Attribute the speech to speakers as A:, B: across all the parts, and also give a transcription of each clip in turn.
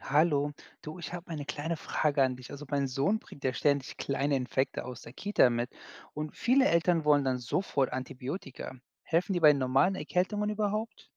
A: Hallo, du, ich habe eine kleine Frage an dich. Also mein Sohn bringt ja ständig kleine Infekte aus der Kita mit und viele Eltern wollen dann sofort Antibiotika. Helfen die bei normalen Erkältungen überhaupt?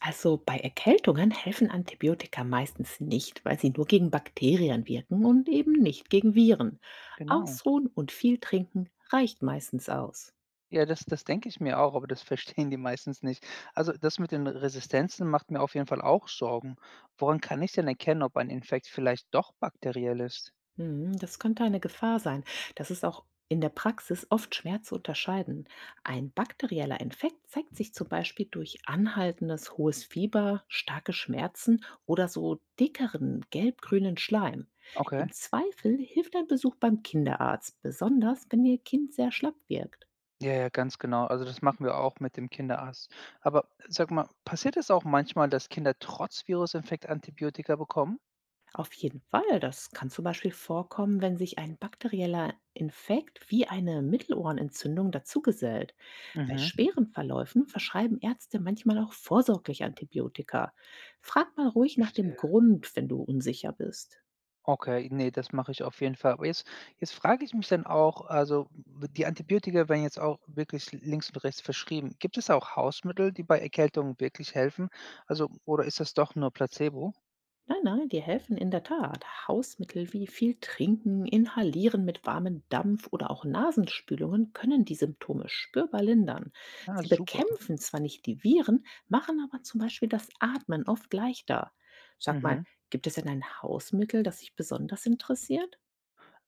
B: Also bei Erkältungen helfen Antibiotika meistens nicht, weil sie nur gegen Bakterien wirken und eben nicht gegen Viren.
A: Genau.
B: Ausruhen und viel trinken reicht meistens aus.
A: Ja, das denke ich mir auch, aber das verstehen die meistens nicht. Also das mit den Resistenzen macht mir auf jeden Fall auch Sorgen. Woran kann ich denn erkennen, ob ein Infekt vielleicht doch bakteriell ist?
B: Hm, das könnte eine Gefahr sein. Das ist auch in der Praxis oft schwer zu unterscheiden. Ein bakterieller Infekt zeigt sich zum Beispiel durch anhaltendes hohes Fieber, starke Schmerzen oder so dickeren gelb-grünen Schleim.
A: Okay.
B: Im Zweifel hilft ein Besuch beim Kinderarzt, besonders wenn Ihr Kind sehr schlapp wirkt.
A: Ja, ja, ganz genau. Also, das machen wir auch mit dem Kinderarzt. Aber sag mal, passiert es auch manchmal, dass Kinder trotz Virusinfekt Antibiotika bekommen?
B: Auf jeden Fall. Das kann zum Beispiel vorkommen, wenn sich ein bakterieller Infekt wie eine Mittelohrenentzündung dazugesellt. Bei
A: Mhm,
B: schweren Verläufen verschreiben Ärzte manchmal auch vorsorglich Antibiotika. Frag mal ruhig nach dem
A: verstehe.
B: Grund, wenn du unsicher bist.
A: Okay, nee, das mache ich auf jeden Fall. Aber jetzt frage ich mich dann auch, also, w die Antibiotika werden jetzt auch wirklich links und rechts verschrieben. Gibt es auch Hausmittel, die bei Erkältungen wirklich helfen? Also oder ist das doch nur Placebo?
B: Nein, nein, die helfen in der Tat. Hausmittel wie viel Trinken, Inhalieren mit warmem Dampf oder auch Nasenspülungen können die Symptome spürbar lindern.
A: Ja,
B: Sie
A: super.
B: bekämpfen zwar nicht die Viren, machen aber zum Beispiel das Atmen oft leichter. Sag mal,
A: Mhm.
B: gibt es denn ein Hausmittel, das dich besonders interessiert?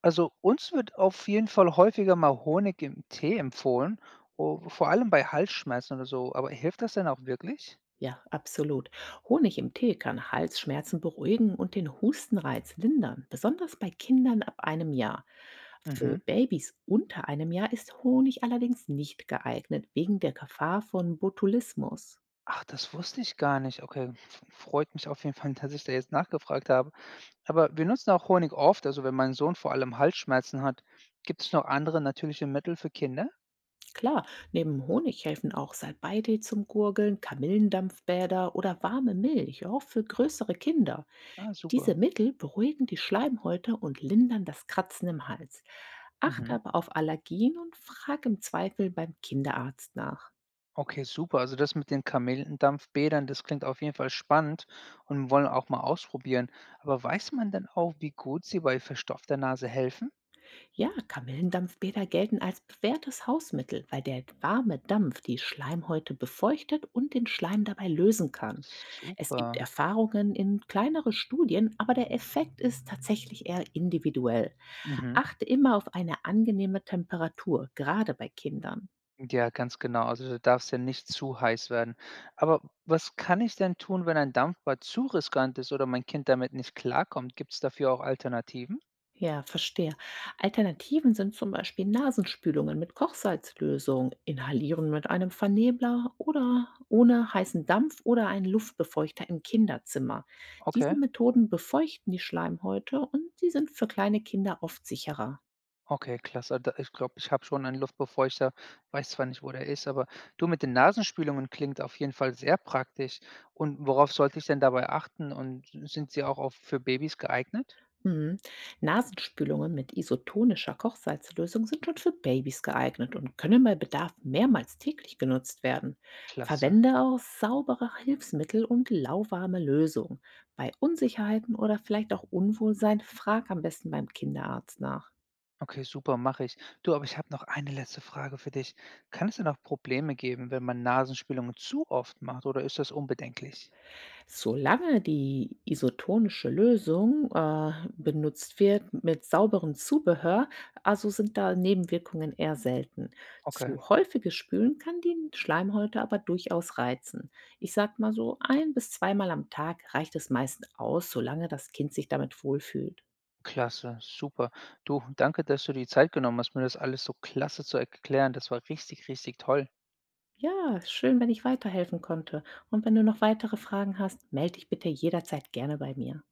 A: Also uns wird auf jeden Fall häufiger mal Honig im Tee empfohlen, vor allem bei Halsschmerzen oder so. Aber hilft das denn auch wirklich?
B: Ja, absolut. Honig im Tee kann Halsschmerzen beruhigen und den Hustenreiz lindern, besonders bei Kindern ab einem Jahr. Für
A: Mhm.
B: Babys unter einem Jahr ist Honig allerdings nicht geeignet, wegen der Gefahr von Botulismus.
A: Ach, das wusste ich gar nicht. Okay, freut mich auf jeden Fall, dass ich da jetzt nachgefragt habe. Aber wir nutzen auch Honig oft, also wenn mein Sohn vor allem Halsschmerzen hat. Gibt es noch andere natürliche Mittel für Kinder?
B: Klar, neben Honig helfen auch Salbeitee zum Gurgeln, Kamillendampfbäder oder warme Milch, auch für größere Kinder.
A: Ah,
B: Diese
A: super.
B: Mittel beruhigen die Schleimhäute und lindern das Kratzen im Hals. Achte
A: Mhm.
B: aber auf Allergien und frag im Zweifel beim Kinderarzt nach.
A: Okay, super. Also das mit den Kamellendampfbädern, das klingt auf jeden Fall spannend und wollen auch mal ausprobieren. Aber weiß man denn auch, wie gut sie bei verstopfter Nase helfen?
B: Ja, Kamillendampfbäder gelten als bewährtes Hausmittel, weil der warme Dampf die Schleimhäute befeuchtet und den Schleim dabei lösen kann. Es gibt
A: Super.
B: Erfahrungen in kleinere Studien, aber der Effekt ist tatsächlich eher individuell.
A: Mhm.
B: Achte immer auf eine angenehme Temperatur, gerade bei Kindern.
A: Ja, ganz genau. Also da darf es ja nicht zu heiß werden. Aber was kann ich denn tun, wenn ein Dampfbad zu riskant ist oder mein Kind damit nicht klarkommt? Gibt es dafür auch Alternativen?
B: Ja, verstehe. Alternativen sind zum Beispiel Nasenspülungen mit Kochsalzlösung, Inhalieren mit einem Vernebler oder ohne heißen Dampf oder einen Luftbefeuchter im Kinderzimmer. Diese
A: Okay.
B: Methoden befeuchten die Schleimhäute, und sie sind für kleine Kinder oft sicherer.
A: Okay, klasse. Da ich glaube, ich habe schon einen Luftbefeuchter. Weiß zwar nicht, wo der ist, aber du mit den Nasenspülungen klingt auf jeden Fall sehr praktisch. Und worauf sollte ich denn dabei achten? Und sind sie auch auf für Babys geeignet?
B: Mhm. Nasenspülungen mit isotonischer Kochsalzlösung sind schon für Babys geeignet und können bei Bedarf mehrmals täglich genutzt werden.
A: Klasse.
B: Verwende auch saubere Hilfsmittel und lauwarme Lösung. Bei Unsicherheiten oder vielleicht auch Unwohlsein frag am besten beim Kinderarzt nach.
A: Okay, super, mache ich. Du, aber ich habe noch eine letzte Frage für dich. Kann es denn auch Probleme geben, wenn man Nasenspülungen zu oft macht oder ist das unbedenklich?
B: Solange die isotonische Lösung benutzt wird mit sauberem Zubehör, also sind da Nebenwirkungen eher selten.
A: Okay,
B: Zu häufiges Spülen kann die Schleimhäute aber durchaus reizen. Ich sag mal so, 1 bis 2 Mal am Tag reicht es meist aus, solange das Kind sich damit wohlfühlt.
A: klasse, super. Du, danke, dass du die Zeit genommen hast, mir das alles so klasse zu erklären. Das war richtig, richtig toll.
B: Ja, schön, wenn ich weiterhelfen konnte. Und wenn du noch weitere Fragen hast, melde dich bitte jederzeit gerne bei mir.